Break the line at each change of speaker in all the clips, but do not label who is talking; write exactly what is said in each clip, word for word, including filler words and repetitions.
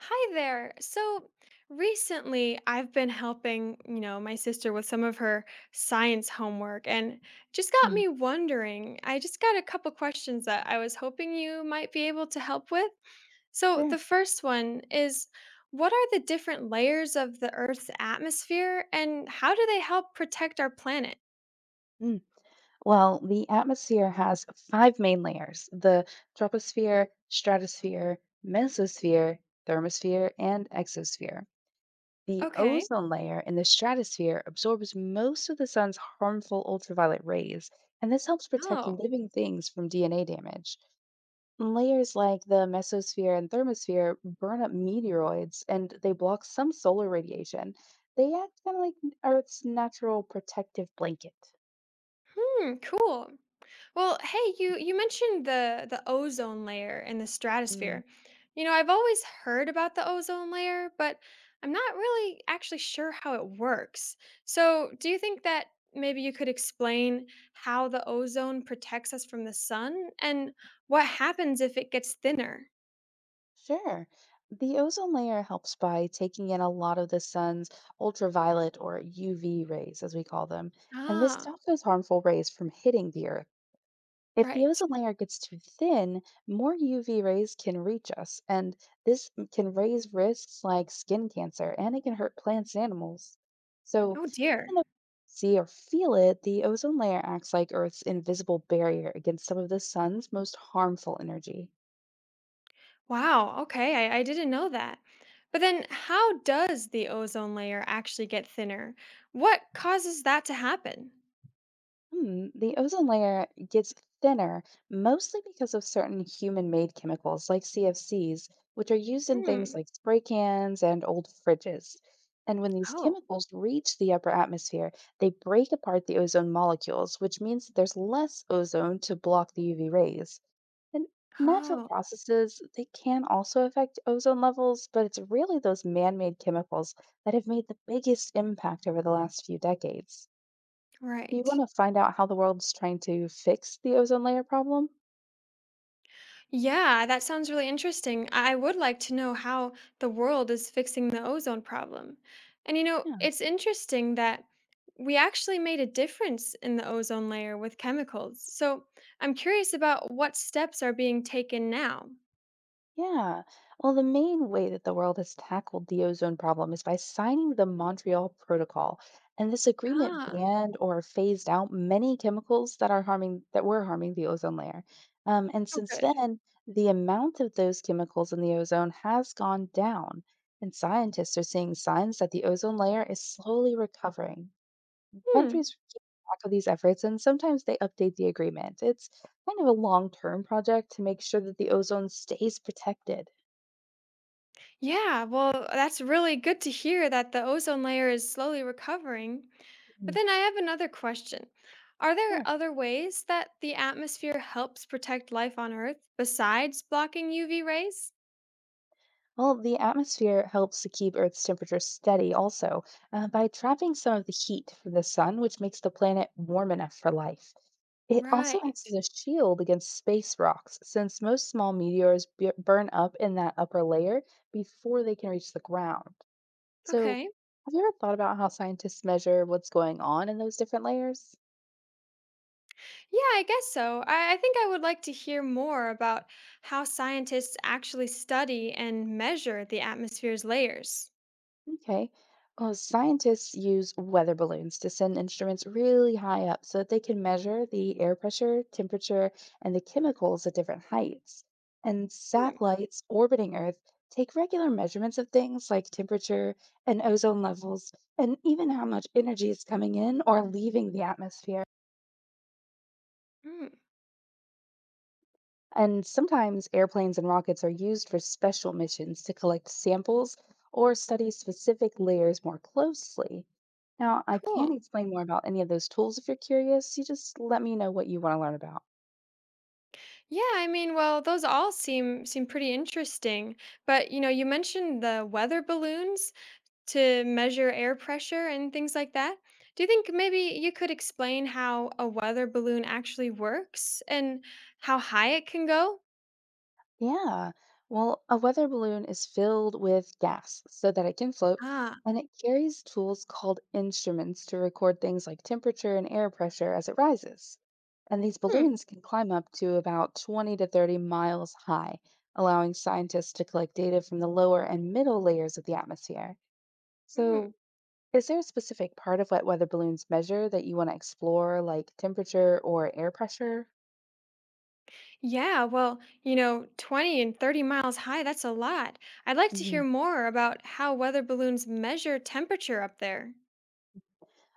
Hi there. So recently I've been helping, you know, my sister with some of her science homework and just got
Mm,
me wondering. I just got a couple questions that I was hoping you might be able to help with. So the
sure.
first one is what are the different layers of the Earth's atmosphere and how do they help protect our planet?
Mm. Well, the atmosphere has five main layers: the troposphere, stratosphere, mesosphere, thermosphere, and exosphere. The
Okay.
ozone layer in the stratosphere absorbs most of the sun's harmful ultraviolet rays, and this helps protect
Oh,
living things from D N A damage. Layers like the mesosphere and thermosphere burn up meteoroids and they block some solar radiation. They act kind of like Earth's natural protective blanket.
hmm, cool. Well, hey, you you mentioned the the ozone layer and the stratosphere. You know, I've always heard about the ozone layer, but I'm not really actually sure how it works. So, do you think that maybe you could explain how the ozone protects us from the sun and what happens if it gets thinner?
Sure. The ozone layer helps by taking in a lot of the sun's ultraviolet, or U V rays, as we call them, and this
Ah,
stops those harmful rays from hitting the Earth. If the
right.
ozone layer gets too thin, more U V rays can reach us, and this m- can raise risks like skin cancer, and it can hurt plants and animals. So,
Oh
even
dear.
though we don't see or feel it, the ozone layer acts like Earth's invisible barrier against some of the sun's most harmful energy.
Wow, okay. I, I didn't know that. But then how does the ozone layer actually get thinner? What causes that to happen?
Hmm, the ozone layer gets thinner mostly because of certain human made chemicals like C F Cs, which are used in things
Hmm.
like spray cans and old fridges. And when these
Oh.
chemicals reach the upper atmosphere, they break apart the ozone molecules, which means that there's less ozone to block the U V rays. And natural
Oh,
processes, they can also affect ozone levels, but it's really those man made chemicals that have made the biggest impact over the last few decades. Do you want
right.
to find out how the world's trying to fix the ozone layer problem?
Yeah, that sounds really interesting. I would like to know how the world is fixing the ozone problem. And you know,
Yeah.
it's interesting that we actually made a difference in the ozone layer with chemicals. So I'm curious about what steps are being taken now.
Yeah. Well, the main way that the world has tackled the ozone problem is by signing the Montreal Protocol. And this agreement
Ah,
banned or phased out many chemicals that are harming that were harming the ozone layer. Um, and
oh,
since
good.
then, the amount of those chemicals in the ozone has gone down. And scientists are seeing signs that the ozone layer is slowly recovering.
Hmm.
Countries keep track of these efforts and sometimes they update the agreement. It's kind of a long term project to make sure that the ozone stays protected.
Yeah, well, that's really good to hear that the ozone layer is slowly recovering. But
Mm.
then I have another question. Are there
Sure.
other ways that the atmosphere helps protect life on Earth besides blocking U V rays?
Well, the atmosphere helps to keep Earth's temperature steady also, uh, by trapping some of the heat from the sun, which makes the planet warm enough for life. It also acts
Right.
as a shield against space rocks, since most small meteors bu- burn up in that upper layer before they can reach the ground. So,
Okay.
have you ever thought about how scientists measure what's going on in those different layers?
Yeah, I guess so. I, I think I would like to hear more about how scientists actually study and measure the atmosphere's layers.
Okay. Well, scientists use weather balloons to send instruments really high up so that they can measure the air pressure, temperature, and the chemicals at different heights. And
Hmm.
satellites orbiting Earth take regular measurements of things like temperature and ozone levels, and even how much energy is coming in or leaving the atmosphere.
Hmm,
And sometimes airplanes and rockets are used for special missions to collect samples or study specific layers more closely. Now, I can
cool.
explain more about any of those tools if you're curious. You just let me know what you want to learn about.
Yeah, I mean, well, those all seem seem pretty interesting. But, you know, you mentioned the weather balloons to measure air pressure and things like that. Do you think maybe you could explain how a weather balloon actually works and how high it can go?
Yeah. Well, a weather balloon is filled with gas so that it can float,
Ah,
and it carries tools called instruments to record things like temperature and air pressure as it rises. And these
hmm,
balloons can climb up to about twenty to thirty miles high, allowing scientists to collect data from the lower and middle layers of the atmosphere.
mhm.
So, is there a specific part of what weather balloons measure that you want to explore, like temperature or air pressure?
Yeah, well, you know, twenty and thirty miles high, that's a lot. I'd like to
Mm-hmm.
hear more about how weather balloons measure temperature up there.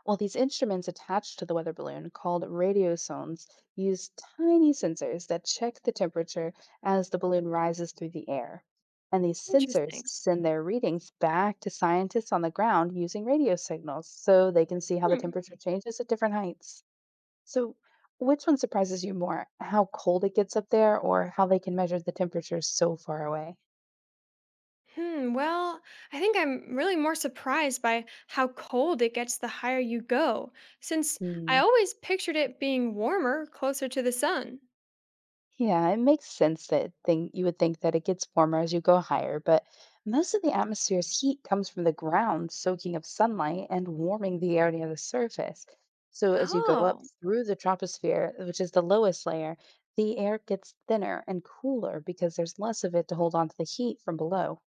Well, these instruments attached to the weather balloon, called radiosones, use tiny sensors that check the temperature as the balloon rises through the air. And these sensors
Interesting.
send their readings back to scientists on the ground using radio signals so they can see how the
Hmm.
temperature changes at different heights. So, which one surprises you more? How cold it gets up there or how they can measure the temperature so far away?
Hmm, well, I think I'm really more surprised by how cold it gets the higher you go, since I
Hmm.
always pictured it being warmer closer to the sun.
Yeah, it makes sense that thing you would think that it gets warmer as you go higher, but most of the atmosphere's heat comes from the ground soaking up sunlight and warming the air near the surface. So as you go up
Oh,
through the troposphere, which is the lowest layer, the air gets thinner and cooler because there's less of it to hold on to the heat from below.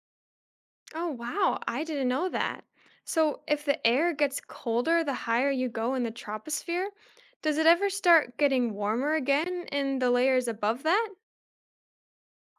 oh, wow, I didn't know that. So, if the air gets colder the higher you go in the troposphere, does it ever start getting warmer again in the layers above that?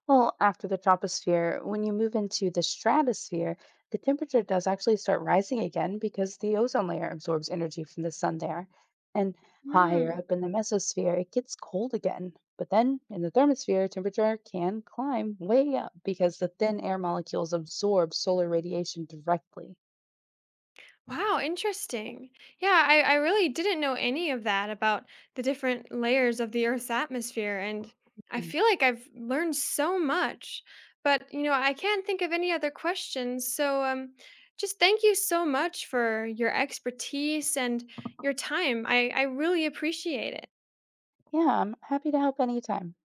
Well, after the troposphere, when you move into the stratosphere, the temperature does actually start rising again because the ozone layer absorbs energy from the sun there. And higher up in the mesosphere, it gets cold again. But then in the thermosphere, temperature can climb way up because the thin air molecules absorb solar radiation directly.
Wow, interesting. Yeah, I, I really didn't know any of that about the different layers of the Earth's atmosphere. And I
Mm.
feel like I've learned so much. But, you know, I can't think of any other questions. So um, just thank you so much for your expertise and your time. I, I really appreciate it.
Yeah, I'm happy to help anytime.